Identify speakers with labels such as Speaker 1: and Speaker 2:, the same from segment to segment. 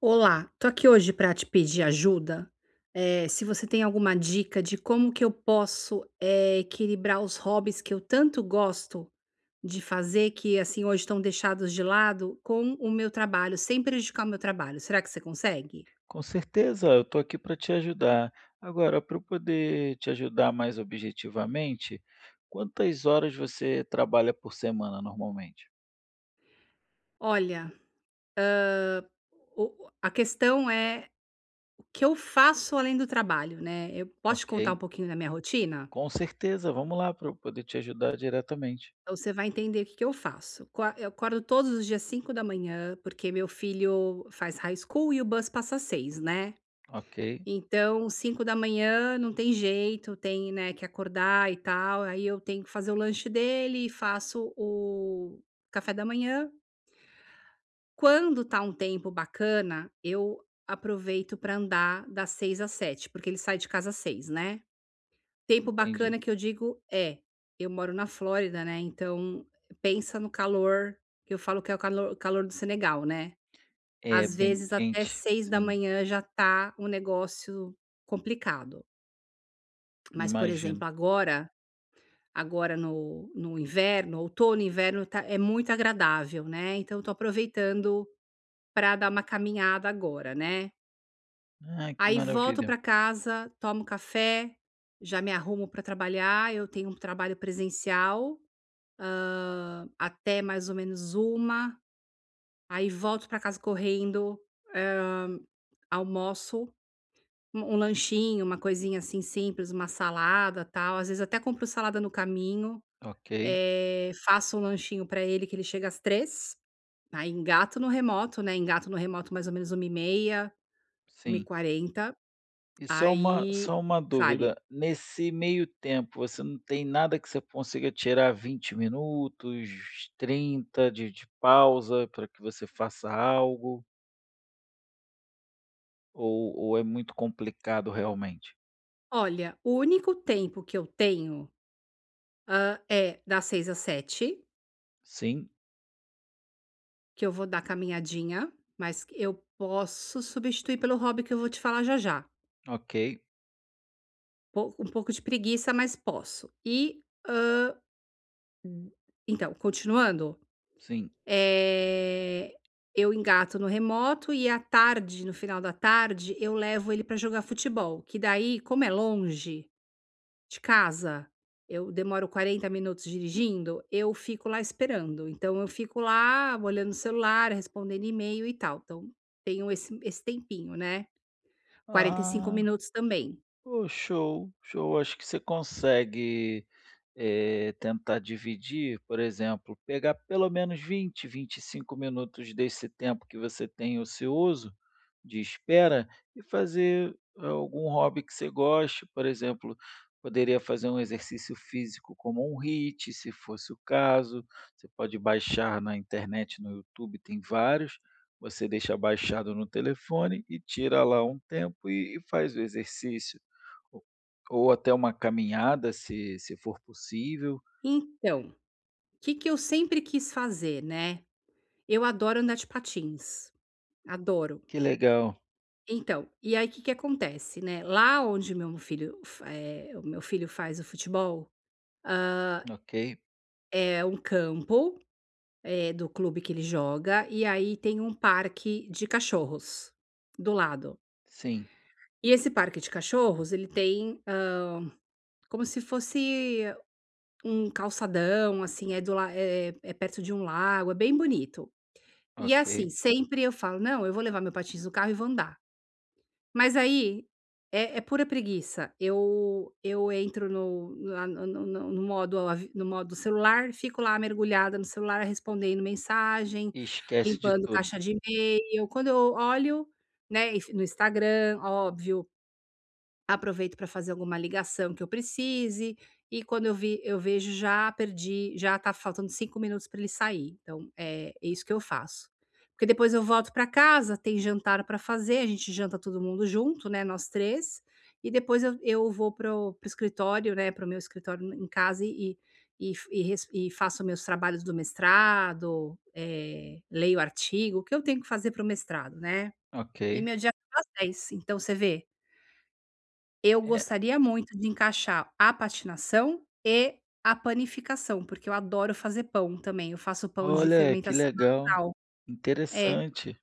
Speaker 1: Olá, tô aqui hoje para te pedir ajuda. Se você tem alguma dica de como que eu posso, equilibrar os hobbies que eu tanto gosto de fazer, que assim hoje estão deixados de lado, com o meu trabalho, sem prejudicar o meu trabalho. Será que você consegue?
Speaker 2: Com certeza, eu estou aqui para te ajudar. Agora, para eu poder te ajudar mais objetivamente, quantas horas você trabalha por semana normalmente?
Speaker 1: Olha, o a questão é o que eu faço além do trabalho, né. Eu posso te
Speaker 2: Ok,
Speaker 1: contar um pouquinho da minha rotina?
Speaker 2: com certeza, vamos lá para eu poder te ajudar diretamente.
Speaker 1: Então você vai entender o que que eu faço. Co Eu acordo todos os dias 5 da manhã porque meu filho faz high school e o bus passa 6, né.
Speaker 2: Ok,
Speaker 1: Então 5 da manhã não tem jeito, tem, né, que acordar e tal, aí eu tenho que fazer o lanche dele e faço o café da manhã. Quando tá um tempo bacana, eu aproveito para andar das 6 às 7 porque ele sai de casa às 6 né. Tempo
Speaker 2: entendi.
Speaker 1: bacana que eu digo é, eu moro na Flórida, né, então pensa no calor, que eu falo que é o calor calor do Senegal, né.
Speaker 2: É
Speaker 1: Às
Speaker 2: bem
Speaker 1: vezes até
Speaker 2: quente,
Speaker 1: seis da
Speaker 2: sim,
Speaker 1: manhã já tá um negócio complicado. Mas, por
Speaker 2: imagino.
Speaker 1: exemplo, agora no inverno, outono inverno tá é muito agradável, né, então tô aproveitando para dar uma caminhada agora, né.
Speaker 2: Ah, que
Speaker 1: Aí volto
Speaker 2: maravilha.
Speaker 1: para casa, tomo café, já me arrumo para trabalhar, eu tenho um trabalho presencial até mais ou menos uma, aí volto para casa correndo, hã, almoço, um lanchinho, uma coisinha assim simples, uma salada, tal, às vezes até compro salada no caminho,
Speaker 2: Ok,
Speaker 1: faço um lanchinho para ele que ele chega às 3, aí engato no remoto, né, engato no remoto mais ou menos uma h 30
Speaker 2: sim.
Speaker 1: 13h40,
Speaker 2: E só uma
Speaker 1: aí
Speaker 2: só uma
Speaker 1: fale:
Speaker 2: dúvida, nesse meio tempo, você não tem nada que você consiga tirar 20 minutos, 30 de pausa para que você faça algo, ou é muito complicado realmente?
Speaker 1: "Olha, o único tempo que eu tenho, é das 6 às 7.
Speaker 2: Sim,
Speaker 1: Que eu vou dar caminhadinha, mas eu posso substituir pelo hobby que eu vou te falar já já.
Speaker 2: ok,
Speaker 1: Po Um pouco de preguiça, mas posso. E, hã, então, continuando,
Speaker 2: sim.
Speaker 1: eh, eu engato no remoto e à tarde, no final da tarde, eu levo ele para jogar futebol, que daí, como é longe de casa, eu demoro 40 minutos dirigindo, eu fico lá esperando. Então eu fico lá olhando o celular, respondendo e-mail e tal. Então tenho esse, esse tempinho, né? quarenta e cinco
Speaker 2: Ah,
Speaker 1: minutos também.
Speaker 2: pô, show, show. Acho que você consegue tentar dividir, por exemplo, pegar pelo menos 20, 25 minutos desse tempo que você tem ocioso, de espera, e fazer algum hobby que você goste. Por exemplo, poderia fazer um exercício físico como um HIIT, se fosse o caso. Você pode baixar na internet, no YouTube, tem vários, você deixa baixado no telefone e tira lá um tempo e faz o exercício ou até uma caminhada, se for possível.
Speaker 1: Então, o que, que eu sempre quis fazer, né? Eu adoro andar de patins. Adoro.
Speaker 2: Que legal,
Speaker 1: Então, e aí o que, que acontece, né? Lá onde meu filho, o meu filho faz o futebol,
Speaker 2: ok.
Speaker 1: é um campo do clube que ele joga, e aí tem um parque de cachorros do lado.
Speaker 2: Sim,
Speaker 1: E esse parque de cachorros, ele tem, como se fosse um calçadão, assim, é do la é é perto de um lago, é bem bonito. E, é
Speaker 2: ok.
Speaker 1: assim, sempre eu falo: "Não, eu vou levar meu patins no carro e vou andar". Mas aí, é pura preguiça. Eu entro no lá no no no no modo avi no modo celular, fico lá mergulhada no celular, respondendo mensagem,
Speaker 2: E esquece de
Speaker 1: limpando
Speaker 2: tudo,
Speaker 1: caixa de e-mail. Quando eu olho, né, e f no Instagram, óbvio, aproveito para fazer alguma ligação que eu precise, e quando eu vejo já perdi, já está faltando 5 minutos para ele sair, então é isso que eu faço. Porque depois eu volto para casa, tem jantar para fazer, a gente janta todo mundo junto, né, nós 3 e depois eu vou para o escritório, né, para o meu escritório em casa e faço meus trabalhos do mestrado, leio artigo, o que eu tenho que fazer para o mestrado, né.
Speaker 2: ok.
Speaker 1: E meu dia acaba às 10, então você vê eu
Speaker 2: É,
Speaker 1: gostaria muito de encaixar a patinação e a panificação, porque eu adoro fazer pão também, eu faço pão de
Speaker 2: olha, que
Speaker 1: fermentação
Speaker 2: legal,
Speaker 1: natural. É,
Speaker 2: interessante.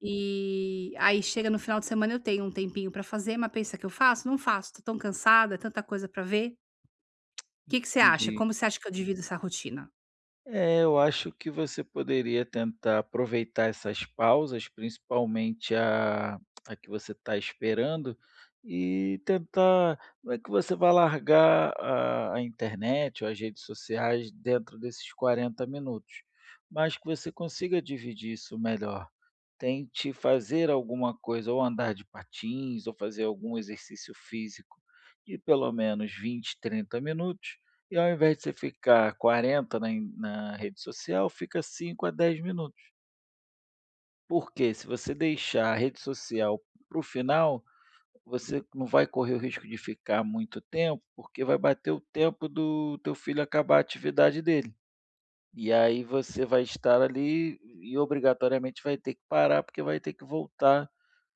Speaker 1: e aí chega no final de semana eu tenho um tempinho pra fazer, mas pensa que eu faço? Não faço, tô tão cansada, é tanta coisa pra ver. O que que você acha?
Speaker 2: Entendi.
Speaker 1: Como você acha que eu divido essa rotina?
Speaker 2: É, eu acho que você poderia tentar aproveitar essas pausas, principalmente a que você está esperando, e tentar. Não é que você vá largar a internet ou as redes sociais dentro desses 40 minutos, mas que você consiga dividir isso melhor. Tente fazer alguma coisa, ou andar de patins, ou fazer algum exercício físico de pelo menos 20, 30 minutos, e ao invés de você ficar 40 na in na rede social, fica 5 a 10 minutos. Porque se você deixar a rede social para o final, você não vai correr o risco de ficar muito tempo, porque vai bater o tempo do teu filho acabar a atividade dele. E aí você vai estar ali e obrigatoriamente vai ter que parar, porque vai ter que voltar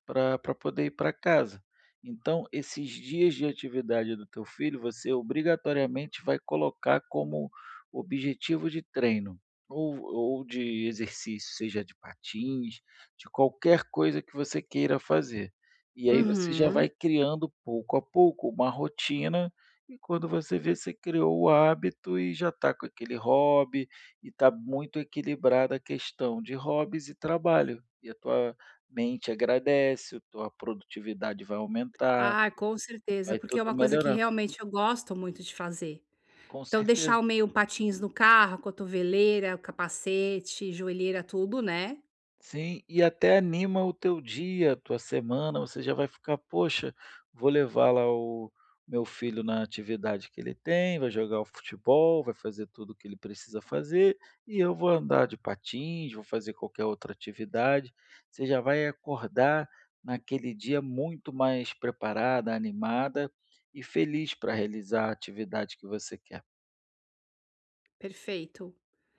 Speaker 2: para poder ir para casa. Então, esses dias de atividade do teu filho, você obrigatoriamente vai colocar como objetivo de treino, ou de exercício, seja de patins, de qualquer coisa que você queira fazer. E aí você já
Speaker 1: Uhum.
Speaker 2: vai criando pouco a pouco uma rotina, e quando você vê, você criou o hábito e já está com aquele hobby, e está muito equilibrada a questão de hobbies e trabalho. E a tua mente agradece, tua produtividade vai aumentar,
Speaker 1: Ah, com certeza,
Speaker 2: vai
Speaker 1: porque é
Speaker 2: tudo
Speaker 1: uma coisa que
Speaker 2: melhorar.
Speaker 1: realmente eu gosto muito de fazer.
Speaker 2: Com
Speaker 1: Então
Speaker 2: certeza.
Speaker 1: deixar o meio patins no carro, a cotoveleira, o capacete, joelheira, tudo, né?
Speaker 2: Sim, e até anima o teu dia, a tua semana, você já vai ficar: "Poxa, vou levar lá o meu filho na atividade que ele tem, vai jogar o futebol, vai fazer tudo o que ele precisa fazer, e eu vou andar de patins, vou fazer qualquer outra atividade". Você já vai acordar naquele dia muito mais preparada, animada e feliz para realizar a atividade que você quer.
Speaker 1: Perfeito.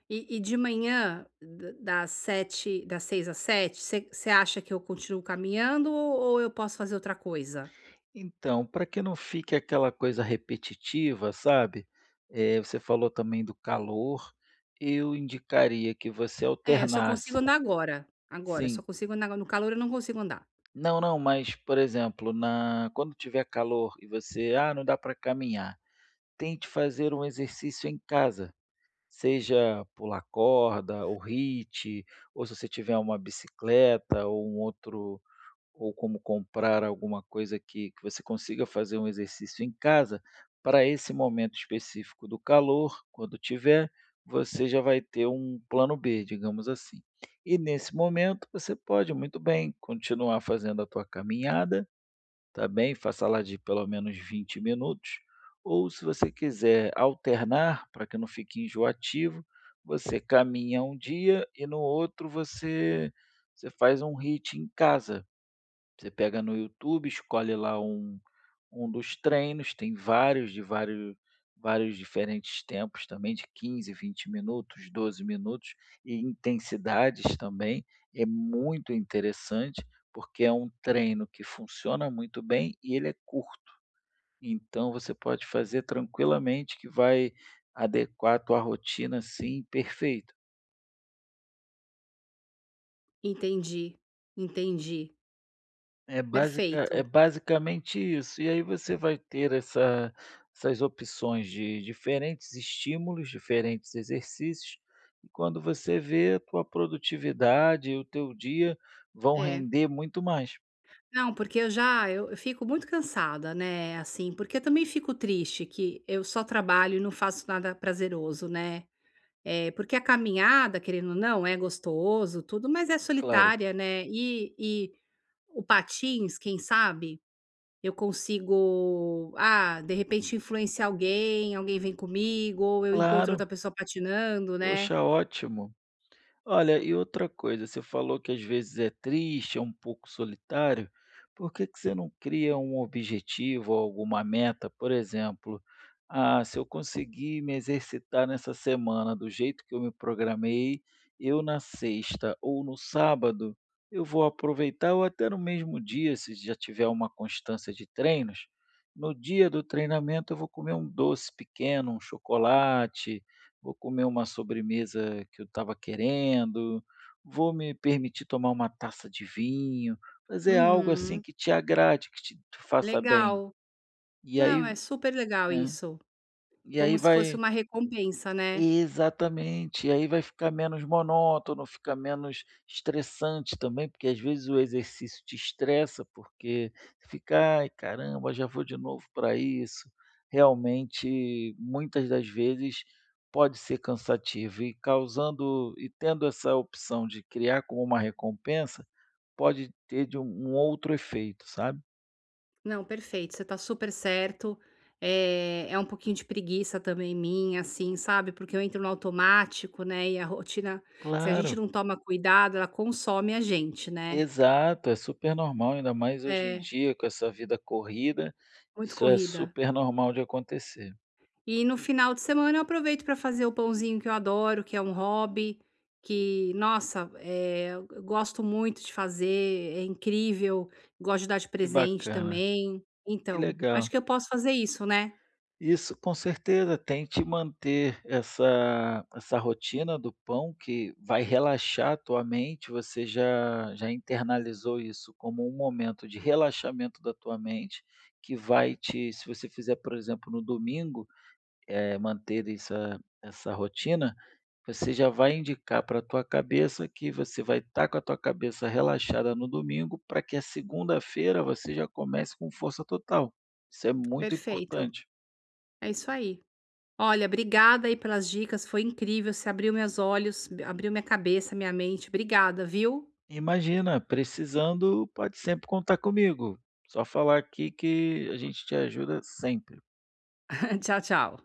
Speaker 1: E de manhã, da das 7, das 6 às 7, você acha que eu continuo caminhando ou eu posso fazer outra coisa?
Speaker 2: Então, para que não fique aquela coisa repetitiva, sabe, você falou também do calor, eu indicaria que você
Speaker 1: É, eu só consigo
Speaker 2: alternasse.
Speaker 1: andar agora, agora, eu só
Speaker 2: Sim,
Speaker 1: consigo andar agora, no calor eu não consigo andar.
Speaker 2: não, não, mas, por exemplo, na quando tiver calor e você: "Ah, não dá para caminhar", tente fazer um exercício em casa, seja pular corda ou hit, ou se você tiver uma bicicleta ou um outro, ou como comprar alguma coisa que você consiga fazer um exercício em casa, para esse momento específico do calor, quando tiver, você já vai ter um plano B, digamos assim. E nesse momento, você pode muito bem continuar fazendo a tua caminhada, tá bem? Faça lá de pelo menos 20 minutos, ou se você quiser alternar, para que não fique enjoativo, você caminha um dia e no outro você faz um HIIT em casa. Você pega no YouTube, escolhe lá um dos treinos, tem vários de vários diferentes tempos também de 15, 20 minutos, 12 minutos e intensidades também. É muito interessante, porque é um treino que funciona muito bem e ele é curto. Então você pode fazer tranquilamente que vai adequar a tua rotina, assim, perfeito.
Speaker 1: Entendi, entendi.
Speaker 2: É basica
Speaker 1: Perfeito.
Speaker 2: É basicamente isso. E aí você vai ter essas opções de diferentes estímulos, diferentes exercícios, e quando você vê, a tua produtividade e o teu dia vão
Speaker 1: É.
Speaker 2: render muito mais.
Speaker 1: Não, porque eu já eu fico muito cansada, né, assim, porque eu também fico triste que eu só trabalho e não faço nada prazeroso, né. Porque a caminhada, querendo ou não, é gostoso, tudo, mas é
Speaker 2: Claro,
Speaker 1: solitária, né. E o patins, quem sabe, eu consigo, ah, de repente influenciar alguém, alguém vem comigo, ou eu encontro
Speaker 2: claro,
Speaker 1: outra pessoa patinando, né.
Speaker 2: poxa, ótimo. Olha, e outra coisa, você falou que às vezes é triste, é um pouco solitário. Por que que você não cria um objetivo ou alguma meta? Por exemplo, ah, se eu conseguir me exercitar nessa semana do jeito que eu me programei, eu na sexta ou no sábado, eu vou aproveitar, ou até no mesmo dia, se já tiver uma constância de treinos, no dia do treinamento eu vou comer um doce pequeno, um chocolate, vou comer uma sobremesa que eu estava querendo, vou me permitir tomar uma taça de vinho, fazer algo assim
Speaker 1: Uhum,
Speaker 2: que te agrade, que te faça bem.
Speaker 1: legal.
Speaker 2: E
Speaker 1: Não,
Speaker 2: aí,
Speaker 1: é super legal
Speaker 2: né,
Speaker 1: isso,
Speaker 2: e aí
Speaker 1: como se fosse
Speaker 2: vai.
Speaker 1: uma recompensa, né.
Speaker 2: Exatamente. E aí vai ficar menos monótono, fica menos estressante também, porque às vezes o exercício te estressa, porque fica: "Ai, caramba, já vou de novo para isso". Realmente, muitas das vezes pode ser cansativo, e causando e tendo essa opção de criar como uma recompensa, pode ter de um outro efeito, sabe.
Speaker 1: Não, perfeito, você tá super certo. É um pouquinho de preguiça também minha, assim, sabe, porque eu entro no automático, né, e a rotina se a gente
Speaker 2: Claro.
Speaker 1: não toma cuidado, ela consome a gente, né.
Speaker 2: Exato, é super normal, ainda mais hoje em
Speaker 1: É,
Speaker 2: dia com essa vida corrida,
Speaker 1: muito
Speaker 2: isso é
Speaker 1: corrida.
Speaker 2: super normal de acontecer.
Speaker 1: E no final de semana eu aproveito para fazer o pãozinho que eu adoro, que é um hobby, que nossa, eu gosto muito de fazer, é incrível, gosto de dar de
Speaker 2: Que
Speaker 1: presente
Speaker 2: bacana,
Speaker 1: também.
Speaker 2: que
Speaker 1: Então, acho
Speaker 2: legal.
Speaker 1: que eu posso fazer isso, né.
Speaker 2: Isso com certeza, tente manter essa rotina do pão que vai relaxar a tua mente, você já internalizou isso como um momento de relaxamento da tua mente, que vai te se você fizer, por exemplo, no domingo, manter essa rotina, você já vai indicar para a tua cabeça que você vai estar com a tua cabeça relaxada no domingo, para que a segunda-feira você já comece com força total. Isso é muito
Speaker 1: Perfeito,
Speaker 2: importante.
Speaker 1: é isso aí. Olha, obrigada aí pelas dicas, foi incrível, você abriu meus olhos, abriu minha cabeça, minha mente. Obrigada, viu?
Speaker 2: Imagina, precisando, pode sempre contar comigo. Só falar aqui que a gente te ajuda sempre.
Speaker 1: Tchau, tchau.